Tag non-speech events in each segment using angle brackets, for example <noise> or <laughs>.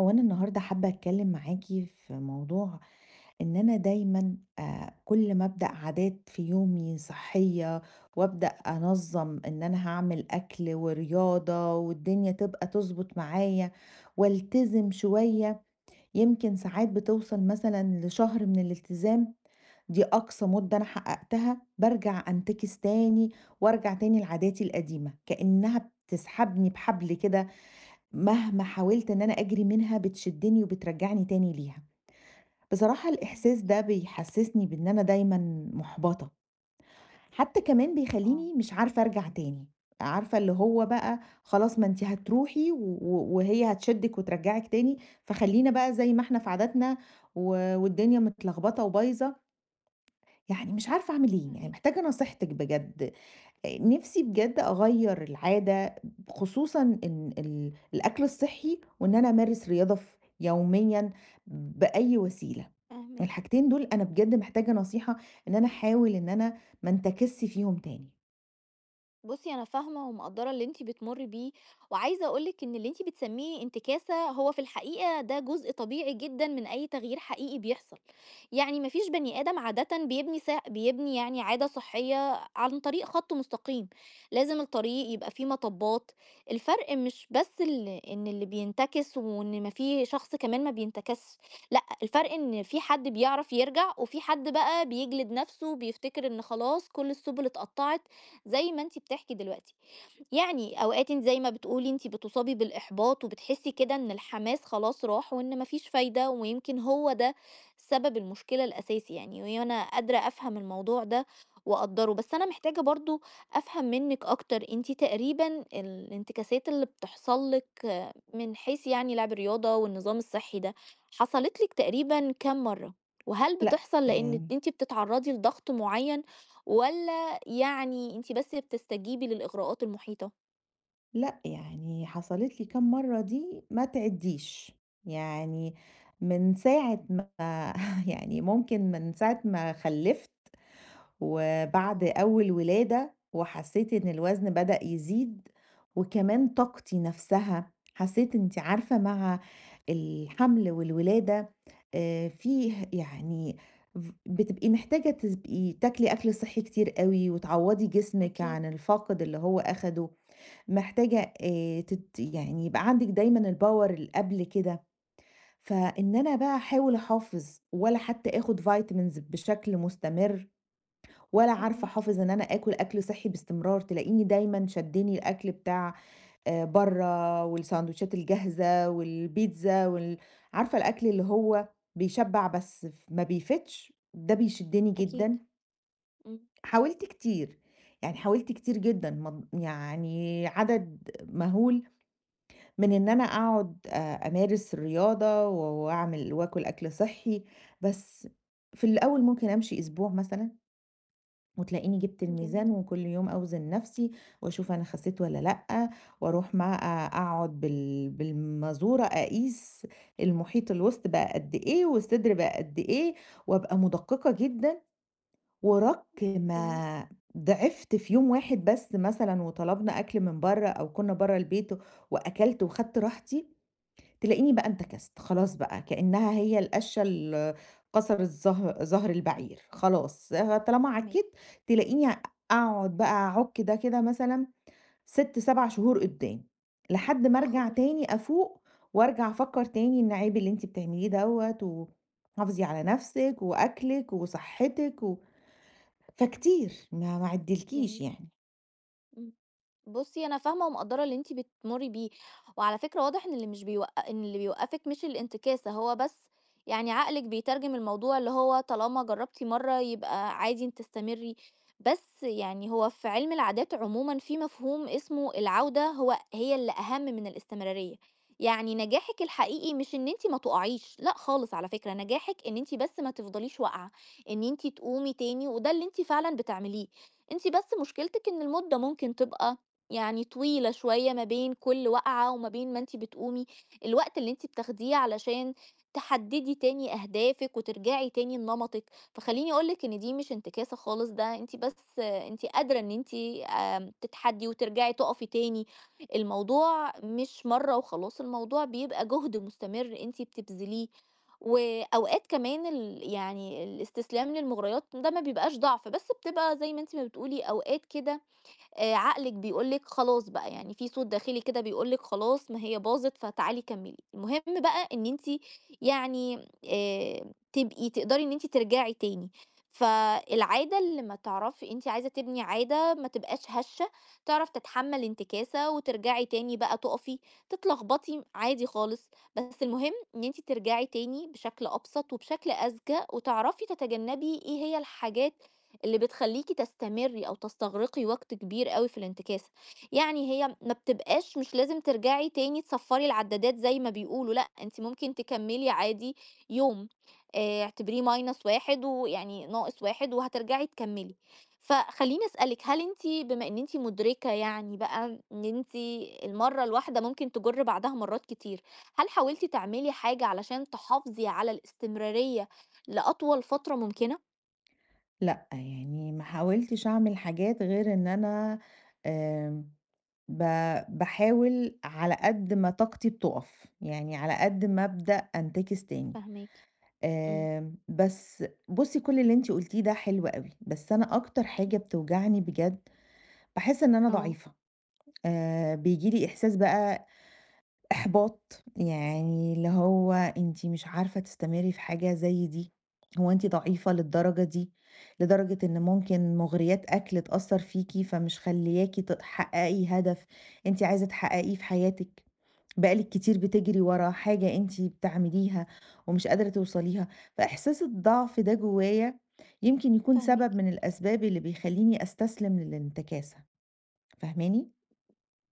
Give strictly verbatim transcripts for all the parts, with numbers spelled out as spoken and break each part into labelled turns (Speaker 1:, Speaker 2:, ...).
Speaker 1: هو أنا النهاردة حابة أتكلم معاكِ في موضوع، إن أنا دايمًا كل ما أبدأ عادات في يومي صحية، وأبدأ أنظّم إن أنا هاعمل أكل ورياضة والدنيا تبقى تضبط معايا والتزم شوية. يمكن ساعات بتوصل مثلًا لشهر من الالتزام، دي أقصى مدة أنا حققتها، بارجع أنتكس تاني وأرجع تاني لعاداتي القديمة، كأنها بتسحبني بحبل كده، مهما حاولت إن أنا أجري منها بتشدني وبترجعني تاني ليها. بصراحة الإحساس
Speaker 2: فاهماكِ،
Speaker 1: ده بيحسسني بإن أنا دايمًا مُحبطة، حتى كمان
Speaker 2: آه.
Speaker 1: بيخلّيني مش عارفة أرجع تاني. عارفة اللي هو بقى خلاص، ما أنتِ هتروحي و و وهي هتشدِّك وترجّعِك تاني، فخلّينا بقى زي ما إحنا في عاداتنا، و والدنيا متلخبطة وبايظة، يعني مش عارفة أعمل إيه، يعني
Speaker 2: فاهماكِ،
Speaker 1: محتاجة نصيحتِك بجد. نفسي بجد أغيّر العادة، خصوصًا إن ال الأكل الصحّي، وإن أنا أمارس رياضة ف يوميًا بأي وسيلة.
Speaker 2: فاهماكِ.
Speaker 1: الحاجتين دول أنا بجد محتاجة نصيحة إن أنا أحاول إن أنا ما انتكسش فيهم تاني.
Speaker 2: بُصّي، أنا فاهمة ومقدّرة اللي أنتِ بتمُرّي بيه، وعايزة أقول لِك إن اللي أنتِ بتسمّيه انتكاسة هو في الحقيقة ده جزء طبيعي جدًا من أي تغيير حقيقي بيحصل، يعني ما فيش بني آدم عادةً بيبني ص بيبني يعني عادة صحّية عن طريق خَط مستقيم، لازم الطريق يبقى فيه مطبّات، الفرق مش بس ال إن اللي بينتكس وإن ما في شخص كمان ما بينتكسش، لأ، الفرق إن في حد بيعرف يرجع وفي حد بقى بيجلد نَفْسه وبيفتكر إن خلاص كل السُبُل اتقطّعت زي ما أنتِ بتحكي دلوقتي، يعني أوقات أنتِ زي ما بتقولي أنتِ بتُصابي بالإحباط وبتحسي كده إن الحماس خلاص راح وإن ما فيش فايدة، ويمكن هو ده سبب المشكلة الأساسي يعني، وأنا قادرة أفهم الموضوع ده وأقدّره، بس أنا محتاجة برضه أفهم منِّك أكتر، أنتِ تقريبًا الانتكاسات اللي بتحصل لِك آه، من حيث يعني لعب الرياضة والنظام الصحي ده، حصلت لِك تقريبًا كام مرّة؟ وهل
Speaker 1: لأ
Speaker 2: بتحصل لإن
Speaker 1: يعني
Speaker 2: أنتِ بتتعرّضي لضغط معيّن والّا يعني أنتِ بس بتستجيبي للإغراءات المحيطة.
Speaker 1: لأ يعني حصلت لي كام مرّة دي ما تعدّيش، يعني من ساعة ما <laughs> يعني ممكن من ساعة ما خلّفت، وبعد
Speaker 2: آه،
Speaker 1: أول ولادة وحسيت إن الوزن بدأ يزيد، وكمان طاقتي نفسها، حسيت أنتِ عارفة مع الحمل والولادة آآ فيه يعني، ف بتبقي محتاجة تبقي تاكلي أكل صحّي كتير أوي، وتعوّضي جسمِك
Speaker 2: أكيد
Speaker 1: عن الفاقد اللي هو أخده. محتاجة آآ تت يعني يبقى عندِك دايمًا الpower اللي قبل كده، فإن أنا بقى أحاول أحافظ ولا حتى آخُد vitamins بشكل مستمر، ولا عارفة
Speaker 2: فاهماكِ،
Speaker 1: أحافظ إن أنا آكل أكل صحّي باستمرار، تلاقيني دايمًا شدّني الأكل بتاع آآ برّه، والساندوتشات الجاهزة والبيتزا وال عارفة الأكل اللي هو بيشبّع بس ف ما بيفيدش، ده بيشدّني
Speaker 2: أكيد،
Speaker 1: جدًا.
Speaker 2: إمم،
Speaker 1: حاولت كتير، يعني حاولت كتير جدًا، مض يعني عدد مهول من إن أنا أقعد أ أمارس الرياضة و وأعمل وآكل أكل صحّي، بس في الأول ممكن أمشي أسبوع مثلًا. وتلاقيني جِبت
Speaker 2: جميل،
Speaker 1: الميزان وكل يوم أوزن نفسي وأشوف أنا خسيت والّا لأ، وأروح مع أ أقعد بال بالمازورة أقيس المحيط، الوسط بقى قد إيه والصدر بقى قد إيه، وأبقى مُدقِّقة جدًا. ورَك
Speaker 2: جميل،
Speaker 1: ما ضعفت في يوم واحد بس مثلًا وطلبنا أكل من برّه، أو كنا برّه البيت وأكلت وخدت راحتي، تلاقيني بقى انتكست. خلاص بقى كأنها هي القشّة ال كسرت ظه ظهر البعير، خلاص آه، طالما
Speaker 2: فاهماكِ.
Speaker 1: عكيت تلاقيني أقعد بقى أعُك ده كده مثلًا ست، سبع شهور قدّام، لحد ما
Speaker 2: يا
Speaker 1: أرجع
Speaker 2: خبر!
Speaker 1: تاني أفوق وأرجع أفكّر تاني إن عيب اللي أنتِ بتعمليه دوّة، وحافظي على نَفْسِك وأكلِك وصحّتِك، و فكتير ما ما عدّيلكيش
Speaker 2: جميل.
Speaker 1: يعني.
Speaker 2: إمم. بُصّي، أنا فاهمة ومقدّرة اللي أنتِ بتمُرّي بيه، وعلى فكرة واضح إن اللي مش بيوق إن اللي بيوقّفِك مش الانتكاسة، هو بس يعني عقلِك بيترجم الموضوع اللي هو طالما جرّبتِ مرّة يبقى عادي إنِّك تستمرّي، بس يعني هو في عِلم العادات عمومًا في مفهوم اسمه العودة هو هي اللي أهَم من الاستمرارية، يعني نجاحِك الحقيقي مش إن أنتِ ما تُقعيش، لأ خالص على فكرة، نجاحِك إن أنتِ بس ما تفضليش واقعة، إن أنتِ تقومي تاني وده اللي أنتِ فعلًا بتعمليه. أنتِ بس مشكلتِك إن المدة ممكن تبقى يعني طويلة شوية ما بين كل وقعة وما بين ما أنتِ بتقومي، الوقت اللي أنتِ بتاخديه علشان تحددي تاني أهدافِك وترجعي تاني لنمطِك، فخلّيني أقول لِك إن دي مش انتكاسة خالص، ده أنتِ بس أنتِ قادرة إن أنتِ آمم، تتحدي وترجعي تُقفي تاني، الموضوع مش مرّة وخلاص، الموضوع بيبقى جهد مستمر أنتِ بتبذليه. وأوقات كمان ال يعني الاستسلام للمغريات ده ما بيبقاش ضعف، بس بتبقى زي ما أنتِ ما بتقولي أوقات كده آآ عقلِك بيقول لِك خلاص بقى، يعني في صوت داخلي كده بيقول لِك خلاص ما هي باظت فتعالي كمّلي. المهم بقى إن أنتِ يعني آآ تبقي تقدري إن أنتِ ترجعي تاني. فالعادة اللي ما تعرفي أنتِ عايزة تبني عادة ما تبقاش هشة، تعرف تتحمّل انتكاسة وترجعي تاني بقى تُقفي، تتلخبطي عادي خالص، بس المهم إن أنتِ ترجعي تاني بشكل أبسط وبشكل أذكى وتعرفي تتجنّبي إيه هي الحاجات اللي بتخلّيكِ تستمري أو تستغرقي وقت كبير أوي في الانتكاسة، يعني هي ما بتبقاش مش لازم ترجعي تاني تصفّري العدّادات زي ما بيقولوا، لأ أنتِ ممكن تكمّلي عادي يوم، آآ اعتبريه minus واحد ويعني ناقص واحد وهترجعي تكمّلي. فخلّيني أسألِك، هل أنتِ بما إن أنتِ مُدركة يعني بقى إن أنتِ المَرّة الواحدة ممكن تجُر بعدها مرّات كتير، هل حاولتِ تعملي حاجة علشان تحافظي على الاستمرارية لأطول فترة ممكنة؟
Speaker 1: لأ، يعني ما حاولتش أعمل حاجات غير إن أنا آمم ب باحاول على قد ما طاقتي بتُقف، يعني على قد ما أبدأ أنتكس تاني.
Speaker 2: فاهماكِ، إمم.
Speaker 1: آمم، بس بُصّي، كل اللي أنتِ قُلتيه ده حلو أوي، بس أنا أكتر حاجة
Speaker 2: إمم.
Speaker 1: بتوجعني بجد، باحس إن أنا
Speaker 2: آه،
Speaker 1: ضعيفة، آآ، بييجي لي إحساس بقى إحباط، يعني اللي هو أنتِ مش عارفة تستمري في حاجة زي دي؟ هو أنتِ ضعيفة للدرجة دي؟ لدرجة إن ممكن مغريات أكل تأثّر فيكِ، فمش خلّياكِ تحققي هدف أنتِ عايزة تحققيه في حياتِك. بقالِك كتير بتجري ورا حاجة أنتِ بتعمليها ومش قادرة توصليها، فإحساس الضعف ده جوايا يمكن يكون سبب
Speaker 2: فاهماكِ،
Speaker 1: من الأسباب اللي بيخلّيني أستسلم للانتكاسة، فاهماني؟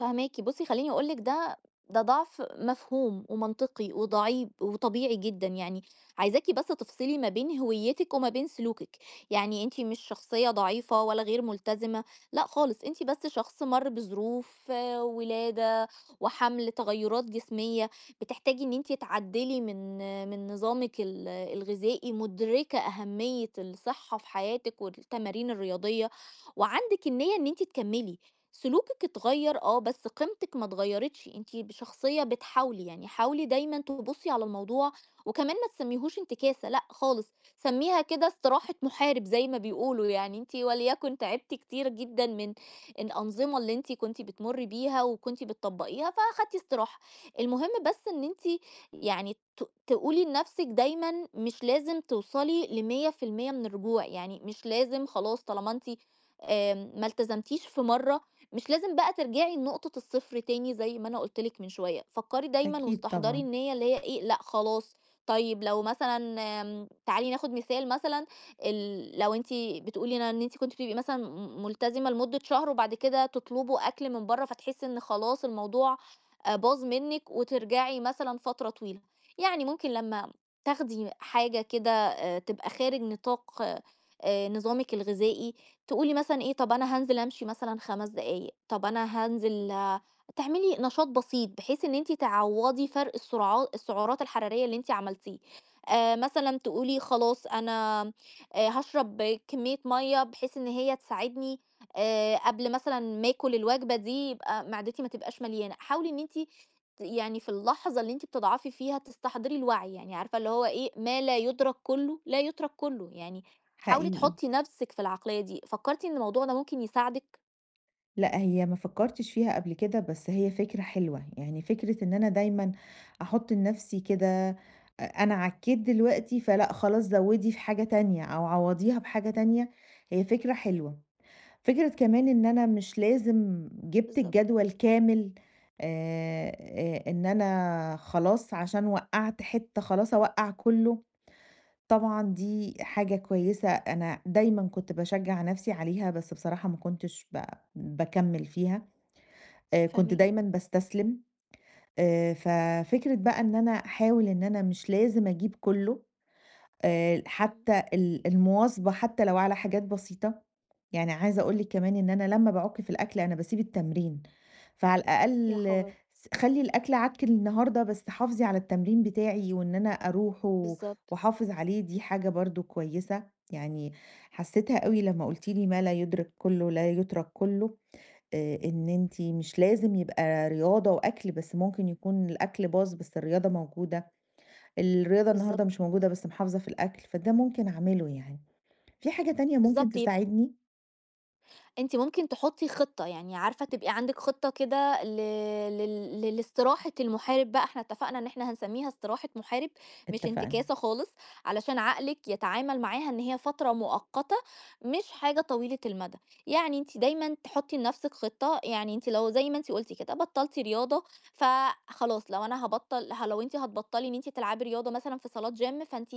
Speaker 2: فاهماكِ. بُصّي خلّيني أقول لِك ده ده ضعف مفهوم ومنطقي وضعيف وطبيعي جدًا يعني، عايزاكِ بس تفصلي ما بين هويتِك وما بين سلوكِك، يعني أنتِ مش شخصية ضعيفة ولا غير ملتزمة، لأ خالص، أنتِ بس شخص مَر بظروف آه، ولادة وحَمْل، تغيُّرات جسمية، بتحتاجي إن أنتِ تعدِّلي من آه، من نظامِك ال الغذائي، مُدركة أهمية الصحة في حياتِك والتمارين الرياضية، وعندِك النيّة إن أنتِ تكمّلي. سلوكِك اتغيّر آه، بس قيمتِك ما اتغيّرتش، أنتِ ب شخصية بتحاولي، يعني حاولي دايمًا تبُصّي على الموضوع وكمان ما تسمّيهوش انتكاسة لأ خالص، سمّيها كده استراحة محارب زي ما بيقولوا، يعني أنتِ وليكن تعبتِ كتير جدًا من الأنظمة اللي أنتِ كنتِ بتمُرّي بيها وكنتِ بتطبّقيها فأخدتِ استراحة، المهم بس إن أنتِ يعني ت تقولي لنَفْسِك دايمًا مش لازم توصلي ل100% من الرجوع، يعني مش لازم خلاص طالما أنتِ آمم ما التزمتيش في مرّة مش لازم بقى ترجعي لنقطة الصفر تاني زي ما أنا قُلت لِك من شوية، فكّري دايمًا
Speaker 1: أكيد
Speaker 2: واستحضري
Speaker 1: طبعًا،
Speaker 2: النيّة اللي هي إيه، لأ خلاص طيب لو مثلًا آمم، تعالي ناخد مثال مثلًا ال لو أنتِ بتقولي أنا إن أنتِ كنتِ بتبقي مثلًا م ملتزمة لمدة شهر وبعد كده تطلبوا أكل من برّه، فتحسّي إن خلاص الموضوع آآ، باظ منِّك وترجعي مثلًا فترة طويلة، يعني ممكن لمّا تاخدي حاجة كده آآ، تبقى خارج نطاق آآ، نظامِك الغذائي تقولي مثلًا إيه، طَب أنا هانزل أمشي مثلًا خمس دقايق، طَب أنا هانزل تعملي نشاط بسيط بحيث إن أنتِ تعوّضي فرق السرعا السعرات الحرارية اللي أنتِ عملتيه. آآ مثلًا تقولي خلاص أنا آآ هاشرب كمية مَيّة بحيث إن هي تساعدني آآ قبل مثلًا ما آكل الوجبة دي يبقى معدتي ما تبقاش مليانة. حاولي إن أنتِ ت يعني في اللحظة اللي أنتِ بتضعفي فيها تستحضري الوعي، يعني عارفة اللي هو إيه، ما لا يُدرك كُلّه لا يترك كُلّه. يعني حاولي
Speaker 1: حقيقي.
Speaker 2: تحطي نفسِك في العقلية دي، فكرتِ إن الموضوع ده ممكن يساعدِك؟
Speaker 1: لأ، هي ما فكّرتش فيها قبل كده، بس هي فكرة حلوة، يعني فكرة إن أنا دايمًا أحُط لنَفْسي كده، أ أنا عكّيت دلوقتي فلأ، خلاص زوّدي في حاجة تانية أو عوّضيها بحاجة تانية، هي فكرة حلوة. فكرة كمان إن أنا مش لازم جِبت
Speaker 2: بالضبط،
Speaker 1: الجدول كامل، آآ، آآ، إن أنا خلاص عشان وقّعت حتّة خلاص أوقّع كُلّه، طبعًا دي حاجة كويسة، أنا دايمًا كنت باشجّع نَفْسي عليها، بس بصراحة ما كنتش ب باكمّل فيها، آآ، كنت
Speaker 2: فاهماكِ.
Speaker 1: دايمًا باستسلم، آآ، ففكرة بقى إن أنا أحاول، إن أنا مش لازم أجيب كُلّه، آآ
Speaker 2: إمم.
Speaker 1: حتى ال المواظبة حتى لو على حاجات بسيطة. يعني عايزة أقول لِك كمان إن أنا لمّا باعُك في الأكل أنا باسيب التمرين، فعلى
Speaker 2: يا
Speaker 1: الأقل آه،
Speaker 2: خبر!
Speaker 1: س خلّي الأكل عَك النهارده بس حافظي على التمرين بتاعي، وإن أنا أروح و
Speaker 2: بالضبط،
Speaker 1: وأحافظ عليه، دي حاجة برضه كويسة، يعني حسّيتها أوي لمّا قُلتِ لي: "ما لا يُدرك كُلّه لا يُترك كُلّه." آآ إن أنتِ مش لازم يبقى رياضة وأكل، بس ممكن يكون الأكل باظ بس الرياضة موجودة. الرياضة النهارده
Speaker 2: بالضبط.
Speaker 1: مش موجودة بس محافظة في الأكل، فده ممكن أعمله يعني. في حاجة تانية ممكن
Speaker 2: بالضبط.
Speaker 1: تساعدني؟
Speaker 2: أنتِ ممكن تحطّي خطة، يعني عارفة تبقي عندِك خطة كده ل لل لل لاستراحة المحارب بقى، إحنا اتفقنا إن إحنا هنسمّيها استراحة محارب، مش
Speaker 1: اتفقنا،
Speaker 2: انتكاسة خالص، علشان عقلِك يتعامل معاها إن هي فترة مؤقتة، مش حاجة طويلة المدى. يعني أنتِ دايمًا تحطّي لنفسِك خطة، يعني أنتِ لو زي ما أنتِ قُلتِ كده بطّلتِ رياضة، فخلاص لو أنا هابطّل ه لو أنتِ هتبطّلي إن أنتِ تلعبي رياضة مثلًا في صالات gym، فأنتِ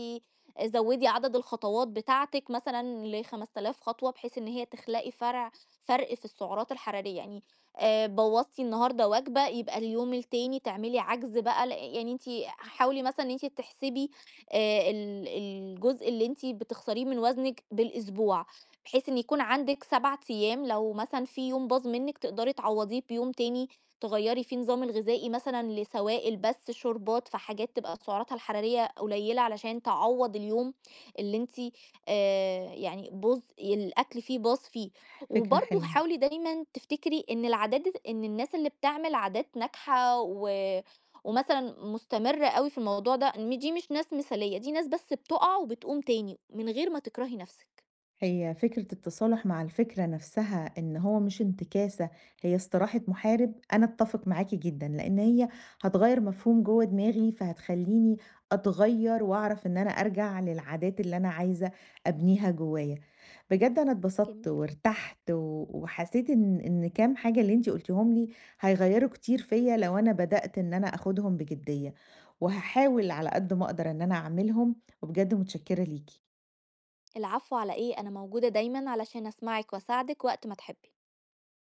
Speaker 2: زوّدي عدد الخطوات بتاعتِك مثلًا ل5000 خطوة، بحيث إن هي تخلقي فرْع فرق في السعرات الحرارية يعني آه، بوظتي النهارده وجبة يبقى اليوم التاني تعملي عجز بقى لا- يعني انت حاولي مثلا ان انت تحسبي آه، ال- الجزء اللي انت بتخسريه من وزنك بالاسبوع بحيث ان يكون عندك سبعة ايام لو مثلا في يوم باظ منك تقدري تعوضيه بيوم تاني تغيري فيه النظام الغذائي مثلا لسوائل بس شوربات فحاجات تبقى سعراتها الحرارية قليلة علشان تعوض اليوم اللي انت آه يعني بوظ الاكل فيه باظ فيه
Speaker 1: فكرة
Speaker 2: وبرضه
Speaker 1: حلوة.
Speaker 2: حاولي دايمًا تفتكري إن العادات إن الناس اللي بتعمل عادات ناجحة و ومثلًا مستمرة أوي في الموضوع ده، إن دي مش ناس مثالية، دي ناس بس بتقع وبتقوم تاني من غير ما تكرهي نفسِك.
Speaker 1: هي فكرة التصالح مع الفكرة نفسها، إن هو مش انتكاسة، هي استراحة محارب. أنا أتفق معاكي جدًا، لإن هي هتغيّر مفهوم جوّه دماغي، فهتخلّيني أتغيّر وأعرف إن أنا أرجع للعادات اللي أنا عايزة أبنيها جوّايا. بجد أنا اتبسطت
Speaker 2: جميل.
Speaker 1: وارتحت و وحسيت إن إن كام حاجة اللي أنتِ قُلتيهم لي هيغيّروا كتير فيّا لو أنا بدأت إن أنا آخُدهم بجدية، وهاحاول على قد ما أقدر إن أنا أعملهم، وبجد متشكرة ليكِ.
Speaker 2: العفو على إيه، أنا موجودة دايمًا علشان أسمعِك وأساعدِك وقت ما تحبي.